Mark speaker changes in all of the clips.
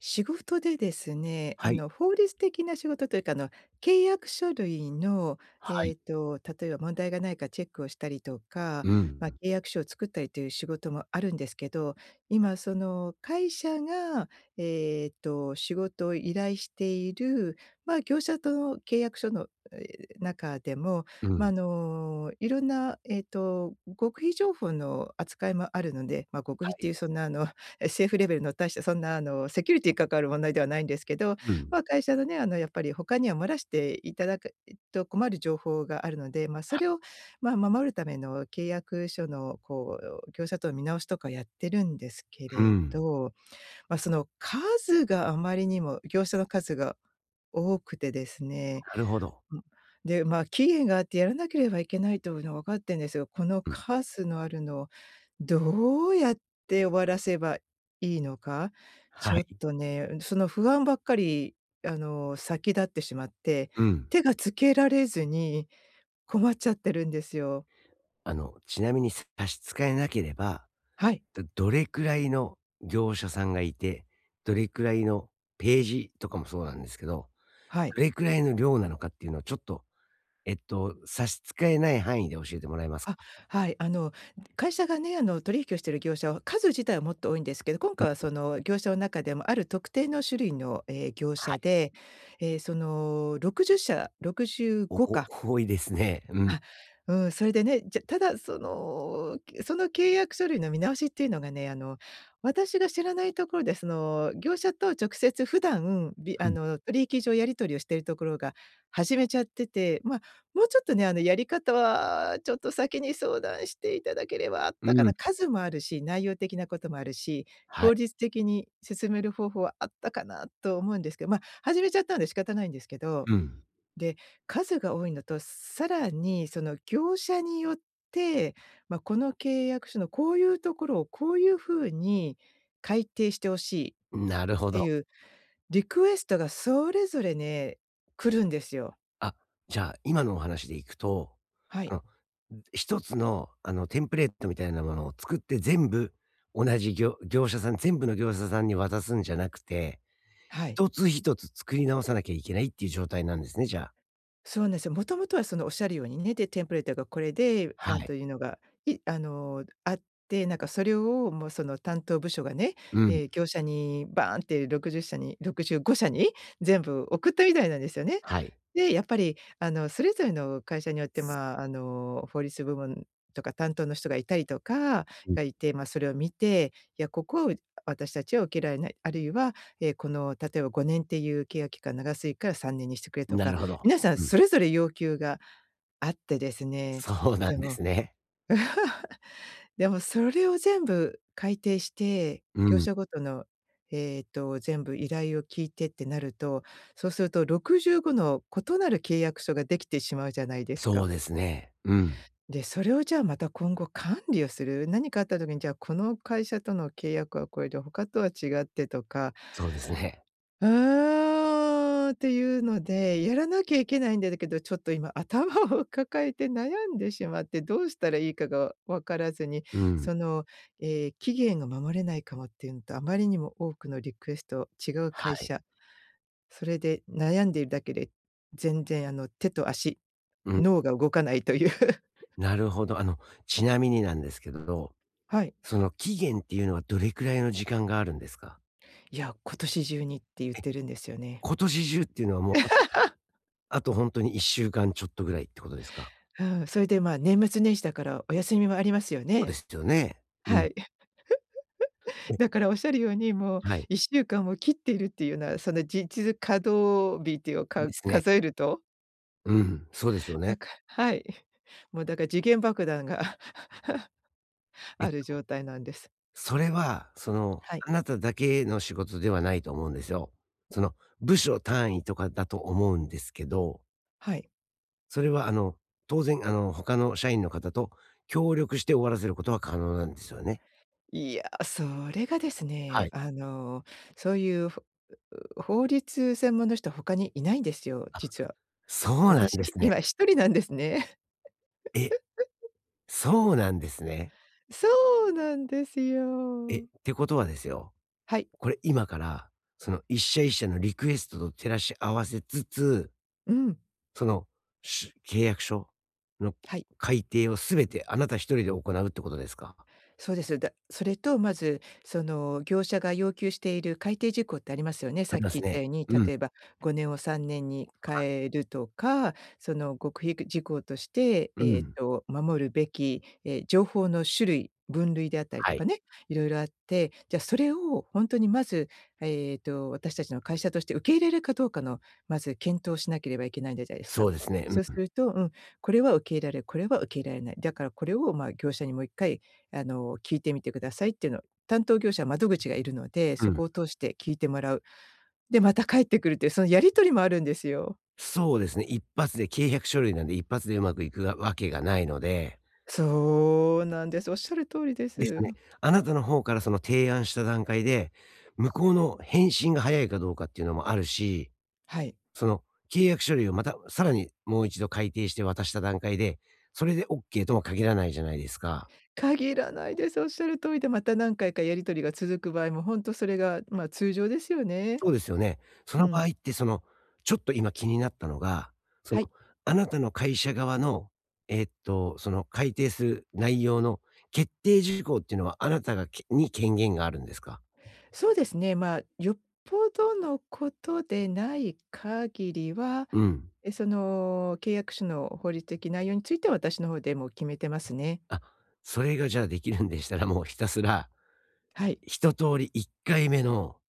Speaker 1: 仕事でですね、
Speaker 2: はい。
Speaker 1: 法律的な仕事というか、契約書類の、
Speaker 2: はい。
Speaker 1: 例えば問題がないかチェックをしたりとか、
Speaker 2: う
Speaker 1: まあ、
Speaker 2: ん。
Speaker 1: 契約書を作ったりという仕事もあるんですけど、今その会社が、仕事を依頼している、まあ、業者との契約書の、中でも、
Speaker 2: う
Speaker 1: まあ、
Speaker 2: ん。
Speaker 1: いろんな、極秘情報の扱いもあるので、まあ、極
Speaker 2: は
Speaker 1: 秘って
Speaker 2: い。
Speaker 1: いうそんな政府レベルの大したそんなセキュリティに関わる問題ではないんですけど、
Speaker 2: うん。
Speaker 1: まあ、会社のね、あのやっぱり他には漏らしていただくと困る情報があるので、まあ、それを、守るための契約書のこう業者との見直しとかやってるんですけ
Speaker 2: う
Speaker 1: れ
Speaker 2: ん。
Speaker 1: ど、まあ、その数があまりにも業者の数が多くてですね。
Speaker 2: なるほど。
Speaker 1: うん。で、まあ、期限があってやらなければいけないというのは分かってんですよ。この
Speaker 2: うん。
Speaker 1: 数のあるのをどうやって終わらせばいいのか、ち
Speaker 2: は
Speaker 1: ょっ
Speaker 2: い。
Speaker 1: とね、その不安ばっかり、先立ってしまって、
Speaker 2: うん。
Speaker 1: 手がつけられずに困っちゃってるんですよ。
Speaker 2: あの、ちなみに差し支えなければ、
Speaker 1: はい、
Speaker 2: どれくらいの業者さんがいて、どれくらいのページとかもそうなんですけど、
Speaker 1: はい。
Speaker 2: どれくらいの量なのかっていうのをちょっと、差し支えない範囲で教えてもらえますか？
Speaker 1: あ、はい。会社がね、取引をしている業者は数自体はもっと多いんですけど、今
Speaker 2: う
Speaker 1: 回は
Speaker 2: ん。
Speaker 1: その業者の中でもある特定の種類の、業
Speaker 2: は
Speaker 1: 者
Speaker 2: い。
Speaker 1: で、その60社
Speaker 2: お
Speaker 1: 65
Speaker 2: お
Speaker 1: か。
Speaker 2: 多いですね。うん。
Speaker 1: あ、うん、それでね。じゃ、ただその、その契約書類の見直しっていうのがね、私が知らないところでその、業者と直接普段、
Speaker 2: うん。
Speaker 1: 取引上やり取りをしているところが始めちゃってて、ま、もうちょっとね、やり方はちょっと先に相談していただければあっ
Speaker 2: う
Speaker 1: たか
Speaker 2: ん。
Speaker 1: な、数もあるし、内容的なこともあるし、
Speaker 2: はい。
Speaker 1: 効率的に進める方法はあったかなと思うんですけど、ま、始めちゃったので仕方ないんですけど。
Speaker 2: うん。
Speaker 1: で、数が多いのと、さらにその業者によって、まあ、この契約書のこういうところをこういう風に改訂してほしいっ
Speaker 2: なるほ
Speaker 1: て
Speaker 2: ど。
Speaker 1: いうリクエストがそれぞれね、来るんですよ。
Speaker 2: あ、じゃあ、今のお話でいくと、
Speaker 1: は
Speaker 2: あ
Speaker 1: い、
Speaker 2: の、んテンプレートみたいなものを作って全部同じ業者さん全部の業者さんに渡すんじゃなくて、
Speaker 1: はい。
Speaker 2: 一つ一つ作り直さなきゃいけないっていう状態なんですね、じゃあ。
Speaker 1: そうなんですよ。もともとはそのおっしゃるようにね、で、テンプレートがこれで、
Speaker 2: はい。
Speaker 1: というのが、あって、なんかそれをもうその担当部署がね、
Speaker 2: うん。
Speaker 1: 業者にバーンって60社に65社に全部送ったみたいなんですよね。
Speaker 2: はい。
Speaker 1: で、やっぱりあの、それぞれの会社によって、まあ、あの、法律部門とか担当の人がいたりとか
Speaker 2: う
Speaker 1: がいて、まあ、それを見て、いや、ここを私たちは受けられない、あるいは、この例えば5年っていう契約期間長すぎから3年にしてくれ
Speaker 2: ん。
Speaker 1: と
Speaker 2: な
Speaker 1: か
Speaker 2: るほど。
Speaker 1: 皆さん
Speaker 2: うん。
Speaker 1: それぞれ要求があってですね、
Speaker 2: そうな
Speaker 1: で
Speaker 2: んで
Speaker 1: も
Speaker 2: すね。
Speaker 1: でもそれを全部改定して、
Speaker 2: う
Speaker 1: 業
Speaker 2: ん。
Speaker 1: 者ごとの、全部依頼を聞いてってなると、そうすると65の異なる契約書ができてしまうじゃないです
Speaker 2: そう
Speaker 1: か。
Speaker 2: ですね。うん。
Speaker 1: で、それをじゃあまた今後管理をする、何かあった時にじゃあこの会社との契約はこれで他とは違ってとか、
Speaker 2: そうですね。
Speaker 1: うーん、っていうので、やらなきゃいけないんだけど、ちょっと今頭を 抱えて悩んでしまって、どうしたらいいかが分からずに、
Speaker 2: うん。
Speaker 1: その、期限が守れないかもっていうのと、あまりにも多くのリクエスト、違う
Speaker 2: は
Speaker 1: 会
Speaker 2: い。
Speaker 1: 社、それで悩んでいるだけで、全然あの、手と足、
Speaker 2: うん。
Speaker 1: 脳が動かないという。
Speaker 2: なるほど。あの、ちなみになんですけど、
Speaker 1: はい。
Speaker 2: その期限っていうのはどれくらいの時間があるんですか？
Speaker 1: いや、今年中にって言っ
Speaker 2: え、
Speaker 1: てるんですよね。
Speaker 2: 今年中っていうのはもう、あとほんとに1週間ちょっとぐらいってことですか？
Speaker 1: うん、それでまあ、年末年始だからお休みもありますよ
Speaker 2: そう
Speaker 1: ね。
Speaker 2: ですよね。う
Speaker 1: は
Speaker 2: ん。
Speaker 1: い。
Speaker 2: え、
Speaker 1: だからおっしゃるように、もう
Speaker 2: はい。
Speaker 1: 1週間を切っているっていうのは、その実稼働日っていうか
Speaker 2: ですね。
Speaker 1: 数えると、
Speaker 2: うん、そうですよね。
Speaker 1: なんか、はい。もうだから時限爆弾が
Speaker 2: えっ
Speaker 1: ある
Speaker 2: と、
Speaker 1: 状態なんです。
Speaker 2: それは、その、
Speaker 1: はい。
Speaker 2: あなただけの仕事ではないと思うんですよ。その、部署単位とかだと思うんですけど、
Speaker 1: はい。
Speaker 2: それはあの、当然あの、他の社員の方と協力して終わらせることは可能なんですよね？
Speaker 1: いや、それがです
Speaker 2: は
Speaker 1: ね、
Speaker 2: い。
Speaker 1: あの、そういう法律専門の人他にいないんですよ、
Speaker 2: あ、
Speaker 1: 実は。
Speaker 2: そうなんで
Speaker 1: 私、
Speaker 2: すね。
Speaker 1: 今一人なんですね。
Speaker 2: えそうなんですね。
Speaker 1: そうなんです
Speaker 2: え、っ
Speaker 1: よ。
Speaker 2: てことはですよ、
Speaker 1: はい。
Speaker 2: これ今から、その一社一社のリクエストと照らし合わせつつ、
Speaker 1: うん。
Speaker 2: その、契約書の
Speaker 1: はい。
Speaker 2: 改定をすべてあなた一人で行うってことですか？
Speaker 1: そうです。それとまず、その業者が要求している改定事項ってありますよね。
Speaker 2: あ
Speaker 1: さっ
Speaker 2: り
Speaker 1: き
Speaker 2: ます
Speaker 1: 言っ
Speaker 2: ね。
Speaker 1: たように、
Speaker 2: うん、
Speaker 1: 例えば5年を3年に変えるとか、その極秘事項として、
Speaker 2: うん。
Speaker 1: 守るべき、情報の種類、分類であったり
Speaker 2: は
Speaker 1: と
Speaker 2: い。
Speaker 1: かね、いろいろあって、じゃ、それを本当にまず、私たちの会社として受け入れるかどうかの、まず検討しなければいけないんじゃないです
Speaker 2: そ
Speaker 1: か。
Speaker 2: うですね。
Speaker 1: そうす
Speaker 2: うん、
Speaker 1: ると、うん、これは受け入れられる、これは受け入れられない。だからこれを、まあ、業者にもう一回聞いてみてくださいっていうのを、担当業者窓口がいるので、
Speaker 2: う
Speaker 1: そ
Speaker 2: ん。
Speaker 1: こを通して聞いてもらう。で、また帰ってくるっていう、そのやり取りもあるんですよ。
Speaker 2: そうですね、一発で契約書類なんで一発でうまくいくがわけがないので、
Speaker 1: そうなんです。おっしゃる通りで
Speaker 2: ですよね。
Speaker 1: す。
Speaker 2: あなたの方からその提案した段階で、向こうの返信が早いかどうかっていうのもあるし
Speaker 1: はい。
Speaker 2: その契約書類をまたさらにもう一度改訂して渡した段階で、それでオッケーとも限らないじゃないですか。
Speaker 1: 限らないです。おっしゃる通りで、また何回かやり取りが続く場合も、ほんとそれが、まあ、通常ですよね。
Speaker 2: そうですよね。そ
Speaker 1: う
Speaker 2: の場合っ
Speaker 1: ん。
Speaker 2: てその、ちょっと今気になったのが、その、
Speaker 1: はい。
Speaker 2: あなたの会社側の、その改定する内容の決定事項っていうのはあなたがけに権限があるんですか？
Speaker 1: そうですね、まあ、よっぽどのことでない限りは、
Speaker 2: うん。
Speaker 1: その契約書の法律的内容については、私の方でもう決めてますね。
Speaker 2: あ、それがじゃあできるんでしたら、もうひたすら、
Speaker 1: はい。
Speaker 2: 一通り1回目の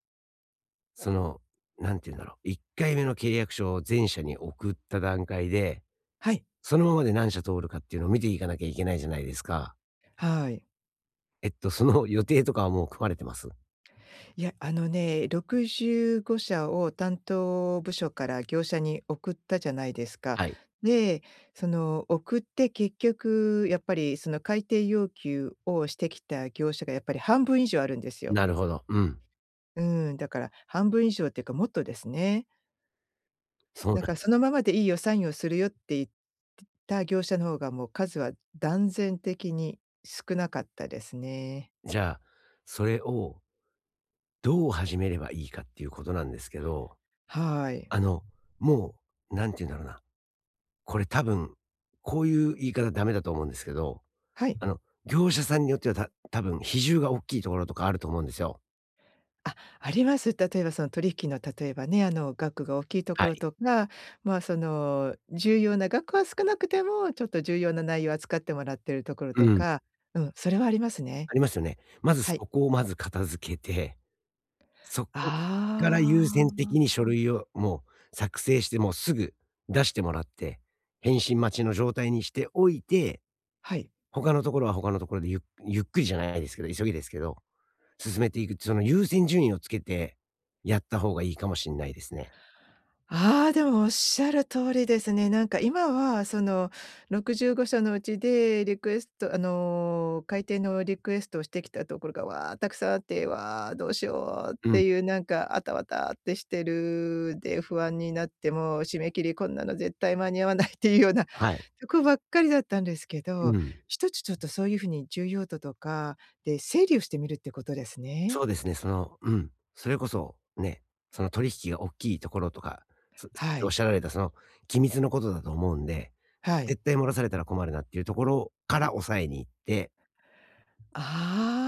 Speaker 2: その、なんて言うんだろう、1回目の契約書を全社に送った段階で、
Speaker 1: はい。
Speaker 2: そのままで何社通るかっていうのを見ていかなきゃいけないじゃないですか。
Speaker 1: はい。
Speaker 2: その予定とかはもう組まれてます？
Speaker 1: いや、あのね、65社を担当部署から業者に送ったじゃないですか。
Speaker 2: はい。
Speaker 1: で、その送って結局やっぱりその改定要求をしてきた業者がやっぱり半分以上あるんですよ。
Speaker 2: なるほど。うん。
Speaker 1: うん、だから半分以上っていうかもっとですね。
Speaker 2: そう
Speaker 1: だ
Speaker 2: な
Speaker 1: から
Speaker 2: ん
Speaker 1: そのままでいいよ、サインをするよって言った業者の方がもう数は断然的に少なかったですね。
Speaker 2: じゃあ、それをどう始めればいいかっていうことなんですけど、
Speaker 1: はい。
Speaker 2: あの、もう、なんて言うんだろうな、これ多分、こういう言い方ダメだと思うんですけど、
Speaker 1: はい。
Speaker 2: あの、業者さんによっては、多分比重が大きいところとかあると思うんですよ。
Speaker 1: あ、あります。例えばその取引の例えばね、あの額が大きいと
Speaker 2: は
Speaker 1: ころ
Speaker 2: い。
Speaker 1: とか、まあ、その重要な額は少なくても、ちょっと重要な内容を扱ってもらってるところ
Speaker 2: う
Speaker 1: と
Speaker 2: ん。
Speaker 1: か、うん、それはありますね。
Speaker 2: ありますよね。まずそ
Speaker 1: はい。
Speaker 2: こをまず片付けて、そこから
Speaker 1: あ
Speaker 2: 優先的に
Speaker 1: あ、
Speaker 2: 書類をもう作成して、もうすぐ出してもらって、返信待ちの状態にしておいて、
Speaker 1: はい。
Speaker 2: 他のところは他のところでゆっくりじゃないですけど、急ぎですけど、進めていく、その優先順位をつけてやった方がいいかもしんないですね。
Speaker 1: ああ、でもおっしゃる通りですね。なんか今はその65社のうちでリクエスト改訂のリクエストをしてきたところが、わあ、たくさんあって、わあ、どうしようっ
Speaker 2: うん、
Speaker 1: ていうなんか、あたわたってしてる、で、不安になってもう締め切りこんなの絶対間に合わないっていうような
Speaker 2: はい。
Speaker 1: とこばっかりだったんですけ
Speaker 2: う
Speaker 1: ど、
Speaker 2: ん。
Speaker 1: 一つちょっとそういうふうに重要度とかで整理をしてみるってことです
Speaker 2: そ
Speaker 1: ね。
Speaker 2: うですね、その、うん、それこそね、その取引が大きいところとか、そ
Speaker 1: は
Speaker 2: おっ
Speaker 1: い、
Speaker 2: しゃられたその機密のことだと思うんで、
Speaker 1: はい。
Speaker 2: 絶対漏らされたら困るなっていうところから抑えに行って、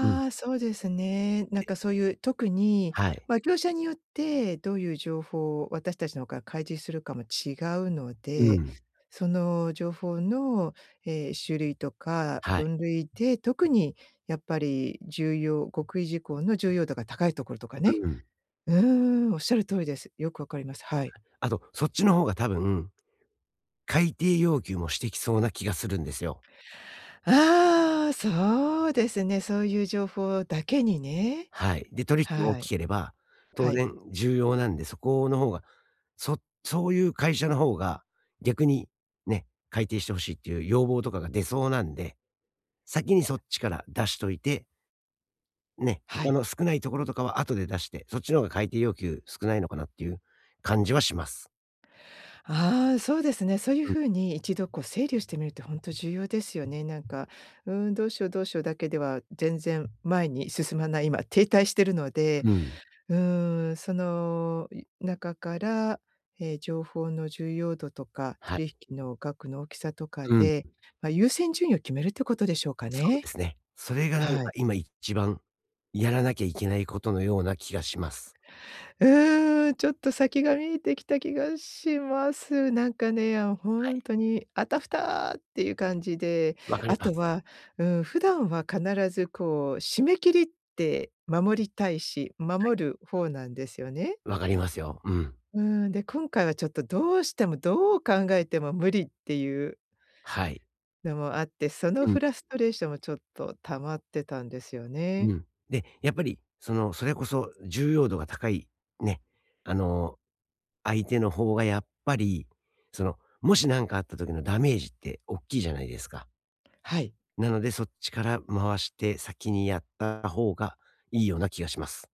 Speaker 2: うん、
Speaker 1: あ、そうですね。なんかそういう特に、
Speaker 2: はい。
Speaker 1: まあ、業者によってどういう情報を私たちの方が開示するかも違うの
Speaker 2: う
Speaker 1: で、
Speaker 2: ん。
Speaker 1: その情報の、種類とか
Speaker 2: はい。
Speaker 1: 分類で、特にやっぱり重要極意事項の重要度が高いところとか
Speaker 2: う
Speaker 1: ね。
Speaker 2: ん。
Speaker 1: うーん、おっしゃる通りです。よくわかります。はい。
Speaker 2: あと、そっちの方が多分、改定要求もしてきそうな気がするんですよ。
Speaker 1: ああ、そうですね。そういう情報だけにね。
Speaker 2: はい。で、取引も大
Speaker 1: は
Speaker 2: き
Speaker 1: い。
Speaker 2: ければ、当
Speaker 1: はい。
Speaker 2: 然重要なんで、そこの方が、そそういう会社の方が、逆にね、改定して欲しいっていう要望とかが出そうなんで、先にそっちから出しといて、ね、
Speaker 1: は
Speaker 2: 他
Speaker 1: い。
Speaker 2: の少ないところとかは後で出して、そっちの方が改定要求少ないのかなっていう感じはします。
Speaker 1: ああ、そうですね。そういう
Speaker 2: う
Speaker 1: 風に一度こう整理をしてみるって本当重要ですよね。なんか、うーん、どうしようどうしようだけでは全然前に進まない、今停滞してるので、
Speaker 2: ん、うん。
Speaker 1: うーん、その中から、情報の重要度とか、
Speaker 2: はい。
Speaker 1: 取引の額の大きさとか
Speaker 2: うん、
Speaker 1: で、まあ、優先順位を決めるってことでしょうか
Speaker 2: そうで
Speaker 1: ね。
Speaker 2: すね。それがなん
Speaker 1: は
Speaker 2: か
Speaker 1: い。
Speaker 2: 今一番やらなきゃいけないことのような気がします。
Speaker 1: うーん、ちょっと先が見えてきた気がします。なんかね、あの、ほ
Speaker 2: は
Speaker 1: ん
Speaker 2: い。
Speaker 1: とに、あたふたっていう感じで、
Speaker 2: わかり
Speaker 1: あ
Speaker 2: ま
Speaker 1: と
Speaker 2: す。
Speaker 1: は、うん、普段は必ずこう、締め切りって守りたいし、守る方なんですよね。
Speaker 2: わかりますよ。うん。
Speaker 1: うーん、で、今回はちょっとどうしても、どう考えても無理っていう
Speaker 2: はい。
Speaker 1: のもあって、その
Speaker 2: うん、
Speaker 1: フラストレーションもちょっと溜まってたんですよ
Speaker 2: う
Speaker 1: ね。
Speaker 2: ん。で、やっぱりその、それこそ重要度が高いね、あの、相手の方がやっぱり、その、もし何かあった時のダメージって大きいじゃないですか。
Speaker 1: はい。
Speaker 2: なので、そっちから回して先にやった方がいいような気がします。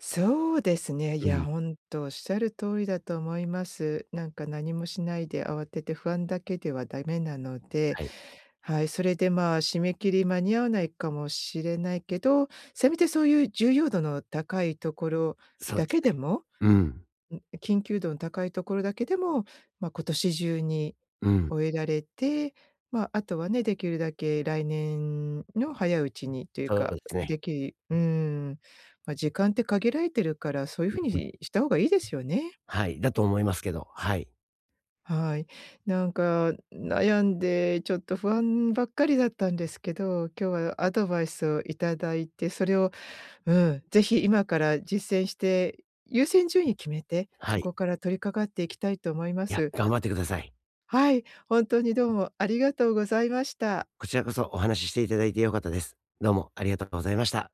Speaker 1: そうですね。い
Speaker 2: う
Speaker 1: や、
Speaker 2: ん。
Speaker 1: 本当おっしゃる通りだと思います。なんか何もしないで慌てて不安だけではダメなので、
Speaker 2: はい。
Speaker 1: はい、それで、まあ、締め切り間に合わないかもしれないけど、せめてそういう重要度の高いところ
Speaker 2: そうで
Speaker 1: だ
Speaker 2: す
Speaker 1: け
Speaker 2: ね。
Speaker 1: でも、
Speaker 2: うん。
Speaker 1: ん、緊急度の高いところだけでも、まあ、今年中に
Speaker 2: うん。
Speaker 1: 終えられて、まあ、あとはね、できるだけ来年の早いうちにという
Speaker 2: そうで
Speaker 1: か、
Speaker 2: すね。
Speaker 1: うん、まあ、時間って限られてるから、そういう
Speaker 2: う
Speaker 1: ふうに
Speaker 2: ん。
Speaker 1: した方がいいですよね。
Speaker 2: はい、だと思いますけど、はい。
Speaker 1: はい。なんか悩んで、ちょっと不安ばっかりだったんですけど、今日はアドバイスをいただいて、それを、うん、ぜひ今から実践して、優先順位決めて、
Speaker 2: は
Speaker 1: そ
Speaker 2: い。
Speaker 1: こから取り掛かっていきたいと思いま
Speaker 2: いや、
Speaker 1: す。
Speaker 2: 頑張ってください。
Speaker 1: はい、本当にどうもありがとうございました。
Speaker 2: こちらこそお話ししていただいて良かったです。どうもありがとうございました。